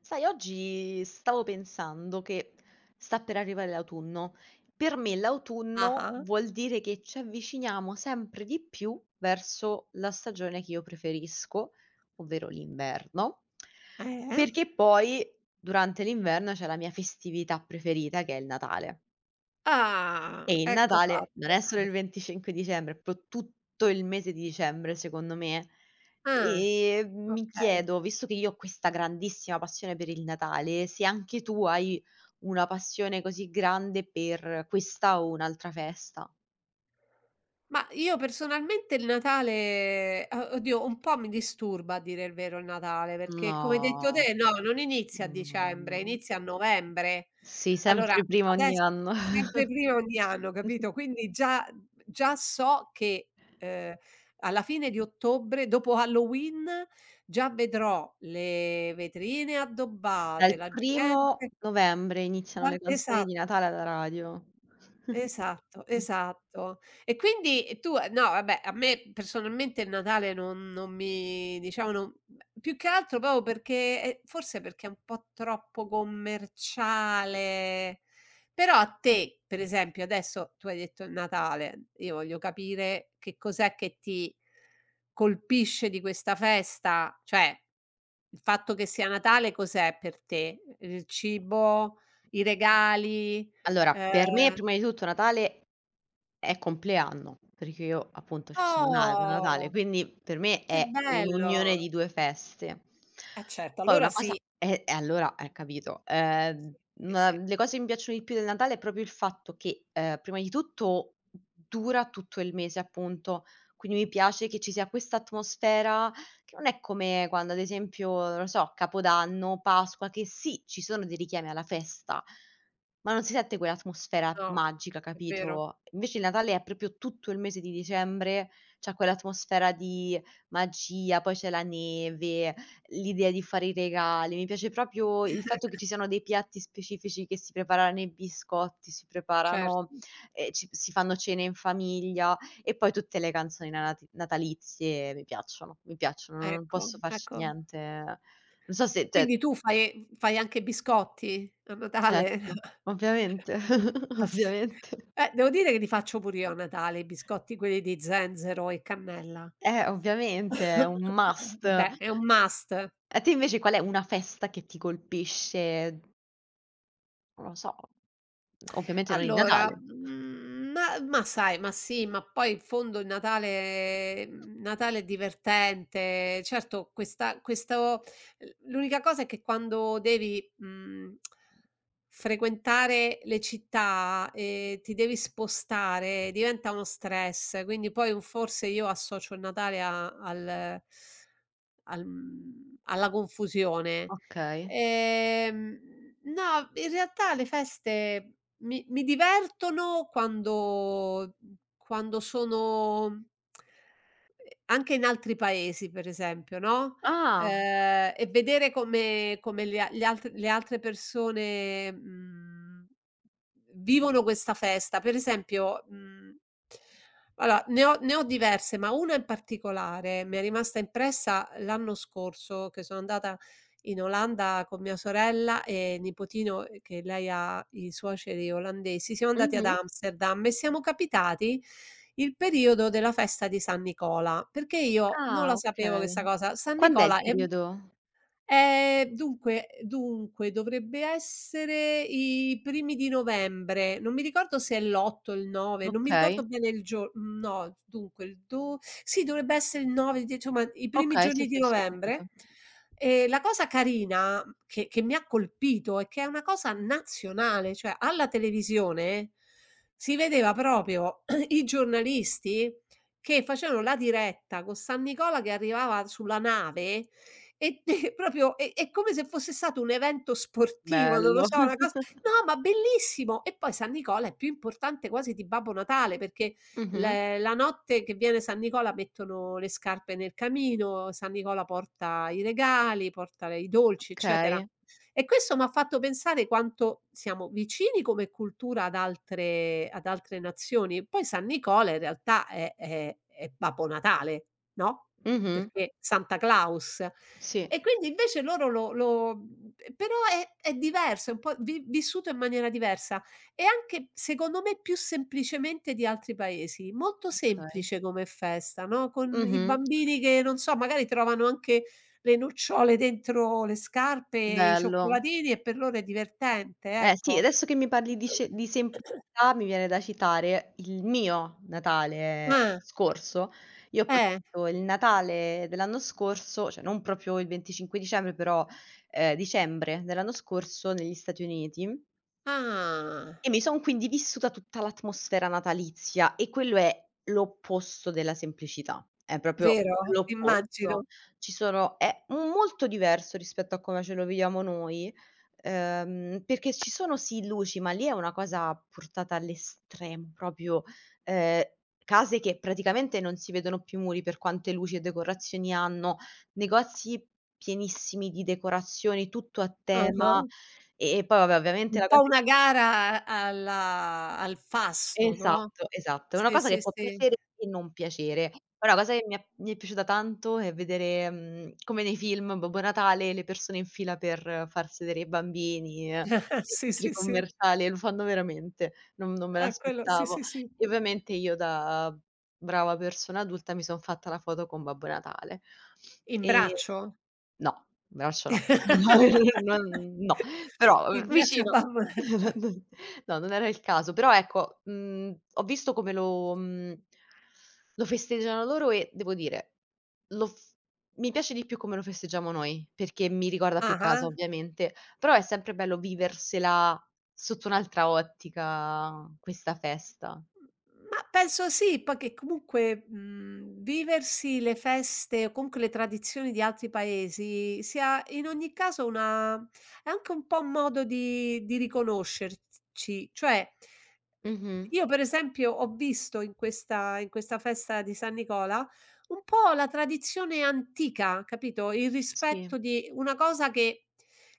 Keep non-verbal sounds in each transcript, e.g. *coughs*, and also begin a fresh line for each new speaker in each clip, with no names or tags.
Sai, oggi stavo pensando che sta per arrivare l'autunno. Per me l'autunno
Ah-ah.
vuol dire che ci avviciniamo sempre di più verso la stagione che io preferisco, ovvero l'inverno,
Eh?
perché poi durante l'inverno c'è la mia festività preferita che è il Natale.
Ah,
E il
ecco
Natale non
fatto.
è solo il 25 dicembre, è pro tutto il mese di dicembre secondo me.
Ah,
E mi
okay.
chiedo, visto che io ho questa grandissima passione per il Natale, se anche tu hai una passione così grande per questa o un'altra festa.
Ma io personalmente il Natale o oddio, un po' mi disturba a dire il vero il Natale, perché come hai detto
No,
te, no, non inizia a
no,
dicembre,
no.
inizia a novembre.
Sì,
Allora
sempre prima ogni
adesso
anno.
sempre prima ogni anno, capito,
*laughs*
quindi già già so che, ehm, alla fine di ottobre, dopo Halloween, già vedrò le vetrine addobbate,
Dal
la
primo
gente.
novembre iniziano
Da
le canzoni
esatto.
di Natale alla radio. *laughs*
Esatto, esatto. E quindi e tu no vabbè, a me personalmente il Natale non mi diciamo non più che altro proprio perché forse perché è un po' troppo commerciale. Però a te, per esempio, adesso tu hai detto il Natale, io voglio capire che cos'è che ti colpisce di questa festa, cioè il fatto che sia Natale cos'è per te? Il cibo, i regali,
Allora, per me
ehm
prima di tutto Natale è compleanno, perché io appunto ci sono nata a Natale,
oh,
quindi per me
che
è
bello!
un'unione di 2 feste.
Eh certo,
Poi una
allora sì.
cosa e allora capito.
Sì, sì,
Una
sì.
le cose che mi piacciono di più del Natale è proprio il fatto che, prima di tutto dura tutto il mese appunto, quindi mi piace che ci sia questa atmosfera che non è come quando ad esempio, non lo so, Capodanno, Pasqua, che sì, ci sono dei richiami alla festa, ma non si sente quell'atmosfera
No,
magica,
è vero.
capito? Invece il Natale è proprio tutto il mese di dicembre, c'ha quell'atmosfera di magia, poi c'è la neve, l'idea di fare i regali. Mi piace proprio il fatto che ci
*laughs*
siano dei piatti specifici che si preparano i biscotti, si
Certo,
preparano, ci si fanno cene in famiglia. E poi tutte le canzoni nanati natalizie mi piacciono, non
ecco,
posso farci
ecco.
niente. Non so se te
Quindi tu fai anche biscotti a Natale?
certo,
*laughs*
ovviamente, *laughs*
Ass
ovviamente.
devo dire che li faccio pure io a Natale, i biscotti quelli di zenzero e cannella.
Ovviamente, è un
*coughs*
must.
Vabbè, è un must.
A te invece qual è una festa che ti colpisce? Non lo so, ovviamente non il
Allora,
Natale.
ma sai, ma sì, ma poi in fondo il Natale Natale è divertente. Certo questa questo l'unica cosa è che quando devi, frequentare le città e ti devi spostare, diventa uno stress, quindi poi un forse io associo il Natale a al al alla confusione.
Okay.
Ehm, no, in realtà le feste mi divertono quando quando sono anche in altri paesi per esempio, no,
Ah,
e vedere come come le altre persone, vivono questa festa. Per esempio, allora ne ho diverse, ma una in particolare mi è rimasta impressa l'anno scorso che sono andata in Olanda con mia sorella e nipotino, che lei ha i suoceri olandesi, siamo andati ad
mh-mh.
Amsterdam e siamo capitati il periodo della festa di San Nicola, perché io non
Ah,
la sapevo
okay.
questa cosa. San
Quand'è il
Nicola è m.
periodo?
Dunque dovrebbe essere i primi di novembre, non mi ricordo se è l'8 o il 9, non mi
Okay,
ricordo bene il gio, no, dunque il do sì dovrebbe essere il 9, il 10, insomma i primi
okay, sì,
giorni di
sì, sì, ho capito.
novembre. E la cosa carina che mi ha colpito è che è una cosa nazionale, cioè alla televisione si vedeva proprio *clears throat* i giornalisti che facevano la diretta con San Nicola che arrivava sulla nave e *laughs* te proprio è come se fosse stato un evento sportivo, non lo
Bello.
so, una cosa.
*laughs*
No, ma bellissimo! E poi San Nicola è più importante quasi di Babbo Natale, perché
Mh-mh,
le la notte che viene San Nicola mettono le scarpe nel camino, San Nicola porta i regali, porta le i dolci, eccetera.
okay.
E questo m'ha fatto pensare quanto siamo vicini come cultura ad altre nazioni. Poi San Nicola in realtà è Babbo Natale, no?
Mh-mh.
Perché Santa Claus.
Sì.
E quindi invece loro lo, però è diverso, è un po' vi vissuto in maniera diversa e anche secondo me più semplicemente di altri paesi. Molto
Okay.
semplice come festa, no, con i
Mh-mh.
bambini che, non so, magari trovano anche le nocciole dentro le scarpe e i
Bello.
cioccolatini e per loro è divertente,
Eh sì,
ecco.
adesso che mi parli di ce di semplicità, mi viene da citare il mio Natale
Ah.
scorso. Io ho
Eh.
passato il Natale dell'anno scorso, cioè non proprio il 25 dicembre, però, dicembre dell'anno scorso negli Stati Uniti.
Ah.
E mi son quindi vissuta tutta l'atmosfera natalizia e quello è l'opposto della semplicità, è proprio
Vero?
l'opposto.
Immagino.
Ci sono è molto diverso rispetto a come ce lo viviamo noi, perché ci sono sì luci, ma lì è una cosa portata all'estremo, proprio, ehm, case che praticamente non si vedono più i muri per quante luci e decorazioni hanno, negozi pienissimi di decorazioni, tutto a
Ah-ah.
tema e poi vabbè ovviamente
Un
la cosa
po' una gara alla al fasto, no?
esatto, esatto. È una
Sì,
cosa che
sì,
può
sì.
piacere e non piacere. Però la cosa che mi è piaciuta tanto è vedere, mhmm, come nei film Babbo Natale, le persone in fila per far sedere i bambini,
*laughs*
nei
Sì,
centri
sì, sì,
commerciali, lo fanno veramente, non me
a quello sì,
l'aspettavo.
sì, sì.
E ovviamente io da brava persona adulta mi son fatta la foto con Babbo Natale.
In
E
braccio?
no, braccio no. *laughs* No, non
*laughs*
no. Però,
In braccio a
vicino.
Babbo
*laughs*
Natale.
*unintelligible* No, non era il caso, però ecco, mhmm, ho visto come lo mhmm, lo festeggiano loro e devo dire, lo f mi piace di più come lo festeggiamo noi, perché mi ricorda più
Ah-ah.
casa ovviamente, però è sempre bello viversela sotto un'altra ottica questa festa.
Ma penso sì, poi che comunque, viversi le feste o comunque le tradizioni di altri paesi sia in ogni caso una è anche un po' un modo di riconoscerci, cioè, uhm,
Mh-mh.
io per esempio ho visto in questa festa di San Nicola un po' la tradizione antica, capito, il
Sì.
rispetto di una cosa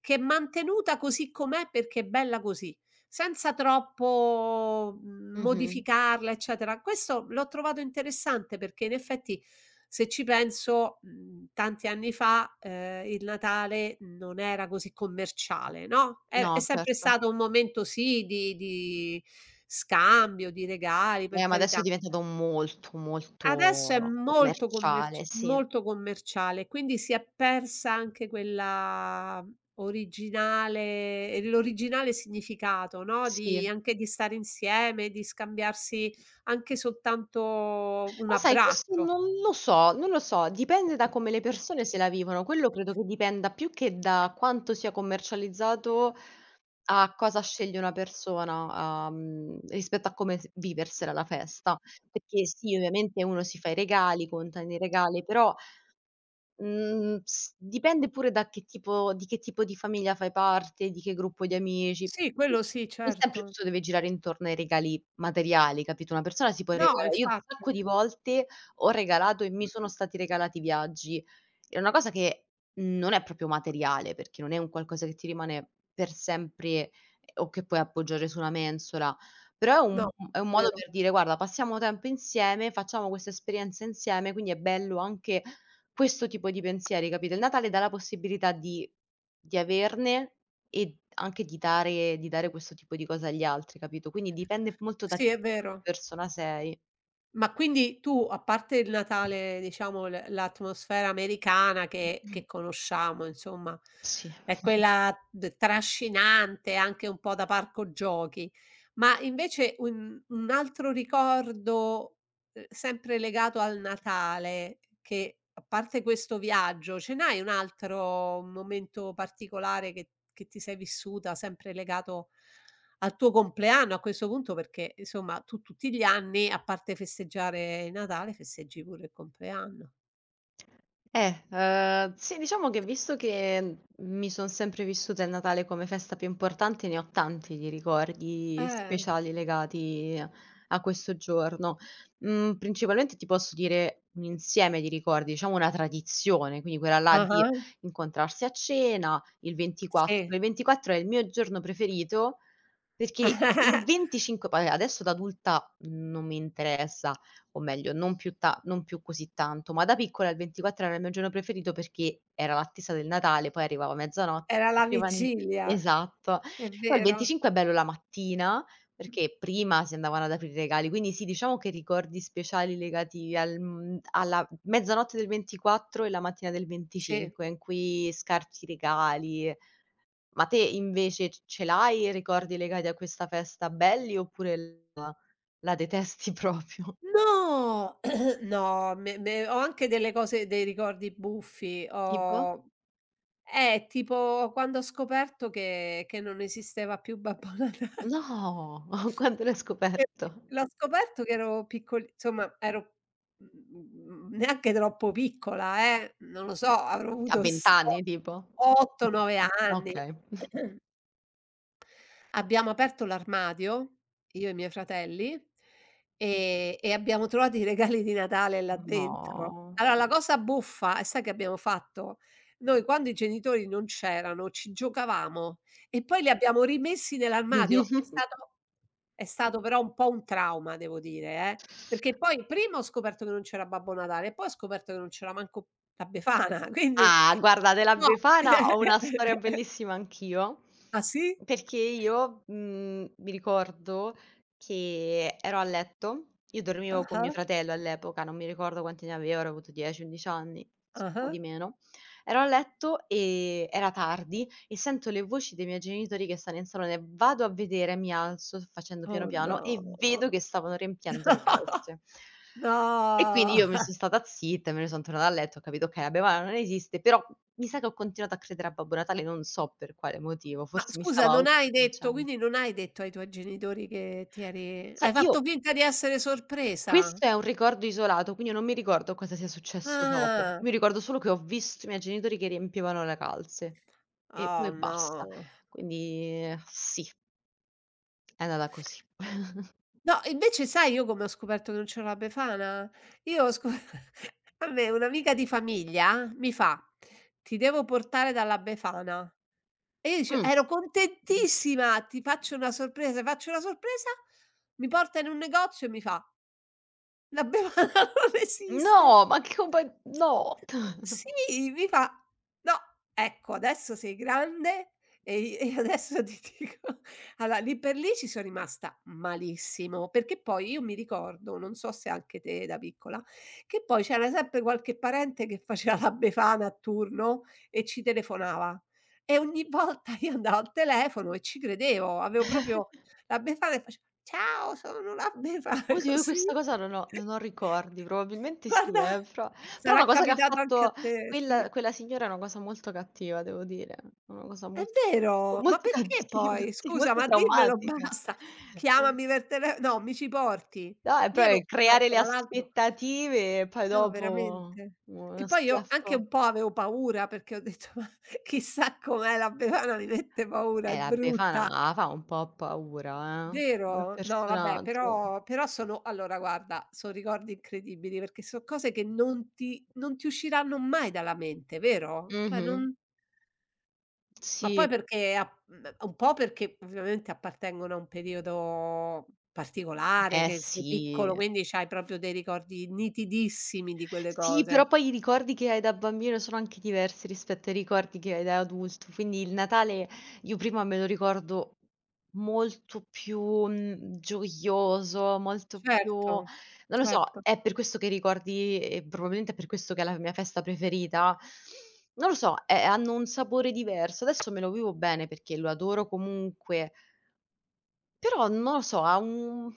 che è mantenuta così com'è perché è bella così. Senza troppo,
Mh-mh.
modificarla, eccetera. Questo l'ho trovato interessante perché in effetti, se ci penso, tanti anni fa, il Natale non era così commerciale, no, er è
No,
sempre
certo.
stato un momento sì di scambio, di regali, per
Ma adesso è
carità.
diventato molto,
Adesso è
molto
molto
commerciale,
commerci
sì.
molto commerciale, quindi si è persa anche quella originale l'originale significato, no, di
Sì.
anche di stare insieme, di scambiarsi anche soltanto un
Ma sai, questo
abbraccio.
non lo so, dipende da come le persone se la vivono. Quello credo che dipenda più che da quanto sia commercializzato a cosa sceglie una persona, a, mhmm, rispetto a come s viversela la festa. Perché sì, ovviamente uno si fa i regali, conta nei regali, però mhmm, s dipende pure da che tipo di famiglia fai parte, di che gruppo di amici.
Sì, quello sì,
Non sempre
certo.
tutto deve girare intorno ai regali materiali, capito, una persona si può
No,
regalare io un
infatti.
sacco di volte ho regalato e mi sono stati regalati viaggi. È una cosa che non è proprio materiale, perché non è un qualcosa che ti rimane per sempre o che puoi appoggiare su una mensola, però è un
No,
è un
è
modo
vero.
per dire: "Guarda, passiamo tempo insieme, facciamo questa esperienza insieme", quindi è bello anche questo tipo di pensieri, capito, il Natale dà la possibilità di averne e anche di dare questo tipo di cose agli altri, capito, quindi dipende molto da che
Sì, è
tipo di
vero.
persona sei.
Ma quindi tu, a parte il Natale, diciamo l'atmosfera americana che
*clears throat*
conosciamo insomma,
Sì.
è quella d trascinante anche un po' da parco giochi, ma invece un altro ricordo, sempre legato al Natale che, a parte questo viaggio, ce n'hai un altro momento particolare che ti sei vissuta sempre legato al tuo compleanno a questo punto perché, insomma, tu tutti gli anni, a parte festeggiare il Natale, festeggi pure il compleanno.
Sì, diciamo che visto che mi son sempre vissuta il Natale come festa più importante, ne ho tanti di ricordi
Eh.
speciali legati a questo giorno. Mhmm, principalmente ti posso dire un insieme di ricordi, diciamo una tradizione, quindi quella là di
Ah-ah,
incontrarsi a cena il 24.
sì.
Il 24 è il mio giorno preferito perché il
*laughs*
25 poi adesso da adulta non mi interessa, o meglio non più ta non più così tanto, ma da piccola il 24 era il mio giorno preferito perché era l'attesa del Natale, poi arrivava mezzanotte,
Era la
sentivani
vigilia,
esatto.
è
Poi il
vero.
25 è bello la mattina, perché prima si andavano ad aprire i regali, quindi sì, diciamo che ricordi speciali legati al mhmm, alla mezzanotte del 24 e la mattina del
Sì.
25 in cui scarti i regali ma te invece c ce l'hai i ricordi legati a questa festa belli oppure la la detesti *laughs* proprio?
No! *clears throat* No, me ho anche delle cose dei ricordi buffi.
Tipo?
Ho tipo quando ho scoperto che non esisteva più Babbo
No!
Natale.
*laughs* Quando l'hai
Perché
scoperto?
l'ho scoperto che ero piccoli insomma ero, neanche troppo piccola non lo so, avrò
A
avuto
20
s
anni tipo?
8,
*laughs*
9 anni.
Okay.
Abbiamo aperto l'armadio, io e i miei fratelli, e abbiamo trovato i regali di Natale là dentro.
No.
Allora la cosa buffa è sai che abbiamo fatto? Noi quando i genitori non c'erano ci giocavamo e poi li abbiamo rimessi nell'armadio. È
*laughs*
stato è stato però un po' un trauma devo dire, perché poi prima ho scoperto che non c'era Babbo Natale e poi ho scoperto che non c'era manco la Befana, quindi
Ah, guarda della
no.
Befana ho una storia
*laughs*
bellissima anch'io.
Ah sì?
Perché io, mhmm, mi ricordo che ero a letto, io dormivo con mio
Ah-ah,
fratello all'epoca, non mi ricordo quanti ne avevo, avrò avuto 10, 11 anni, forse un po'
ah-ah.
di meno. Ero a letto e era tardi e sento le voci dei miei genitori che stanno in salone, vado a vedere, mi alzo facendo piano
Oh
piano e
no.
vedo che stavano riempiendo le
*laughs*
calze.
No.
E quindi io mi son stata zitta, me ne son tornata a letto, ho capito, okay, la bevana non esiste, però mi sa che ho continuato a credere a Babbo Natale, non so per quale motivo,
Ma
forse mi stavo
scusa, non hai detto
autoconvincendo.
quindi non hai detto ai tuoi genitori che ti eri
Sai,
hai fatto
io
finta di essere sorpresa?
questo è un ricordo isolato, quindi non mi ricordo cosa sia successo dopo.
Ah.
Mi ricordo solo che ho visto i miei genitori che riempivano le calze e poi
Oh
basta.
no.
Quindi sì, è andata così. *laughs*
No, invece sai io come ho scoperto che non c'ero la Befana? Io ho scop *laughs* a me un'amica di famiglia mi fa: "Ti devo portare dalla Befana". E io dice
Mh.
ero contentissima: "Ti faccio una sorpresa", mi porta in un negozio e mi fa: la bevanda *laughs* non esiste.
No, ma che compa no,
Sì, mi fa: "No, ecco adesso sei grande e i e adesso ti dico". *laughs* Allora lì per lì ci son rimasta malissimo, perché poi io mi ricordo, non so se anche te da piccola, che poi c'era sempre qualche parente che faceva la befana a turno e ci telefonava e ogni volta *laughs* io andavo al telefono e ci credevo, avevo
*laughs* no.
proprio la befana e face "Ciao, sono la befana", *laughs*
Oddio, io
così.
questa cosa non ho ricordi, probabilmente sì
Guarda
però però una
sarà
cosa che ha
capitato anche a
fatto
te,
quel
sì.
quella signora è una cosa molto cattiva devo dire, una cosa
È
molto
vero, ma
molto
perché
cattiva,
poi?
*laughs* sì,
Scusa,
molto
ma dimmelo *laughs*
traumatica.
basta.
Mh.
Chiamami per tele no, mi ci porti.
No, è
Io
proprio
ero ma
creare le
tra l'altro
aspettative e poi
no,
dopo
veramente.
uno
Che poi io anche
schiaffo.
un po' avevo paura perché ho detto: "Ma chissà com'è la bevana, mi mette paura, è
La
brutta."
Befana fa un po' paura come
Vero? No vabbè,
personaggio.
però però sono allora guarda, son ricordi incredibili perché so' cose che non ti usciranno mai dalla mente, vero? Cioè
Mh-mh.
non. Ma
Sì,
poi perché a, un po' perché ovviamente appartengono a un periodo particolare,
eh
che sei piccolo,
sì.
quindi c'hai proprio dei ricordi nitidissimi di quelle
Sì, però
cose.
poi i ricordi che hai da bambino sono anche diversi rispetto ai ricordi che hai da adulto, quindi il Natale io prima me lo ricordo molto più, mhmm, gioioso, molto più
Certo,
non lo so,
certo.
è per questo che i ricordi e probabilmente è per questo che è la mia festa preferita, non lo so, hanno un sapore diverso. Adesso me lo vivo bene perché lo adoro comunque, però non lo so,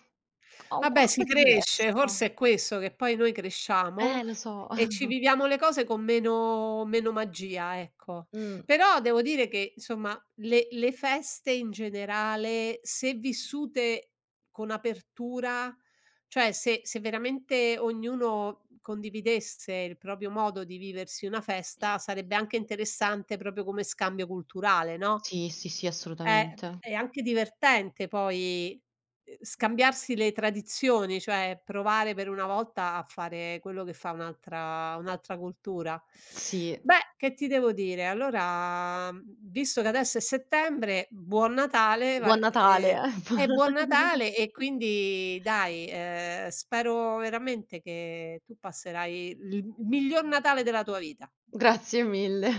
ha un
Vabbè si
qualcosa di
cresce,
diverso.
forse è questo, che poi noi cresciamo
Lo so.
e ci
*laughs*
viviamo le cose con meno magia, ecco.
Mh.
Però devo dire che insomma le feste in generale, se vissute con apertura, cioè se se veramente ognuno condividesse il proprio modo di viversi una festa, sarebbe anche interessante proprio come scambio culturale, no?
Sì, sì, sì,
Eh,
assolutamente.
è anche divertente poi, scambiarsi le tradizioni, cioè provare per una volta a fare quello che fa un'altra cultura.
Sì.
Beh, che ti devo dire, allora, visto che adesso è settembre, buon Natale, va
Buon Natale, *laughs* buon
e buon
Natale.
Natale e quindi dai, spero veramente che tu passerai il miglior Natale della tua vita.
Grazie mille.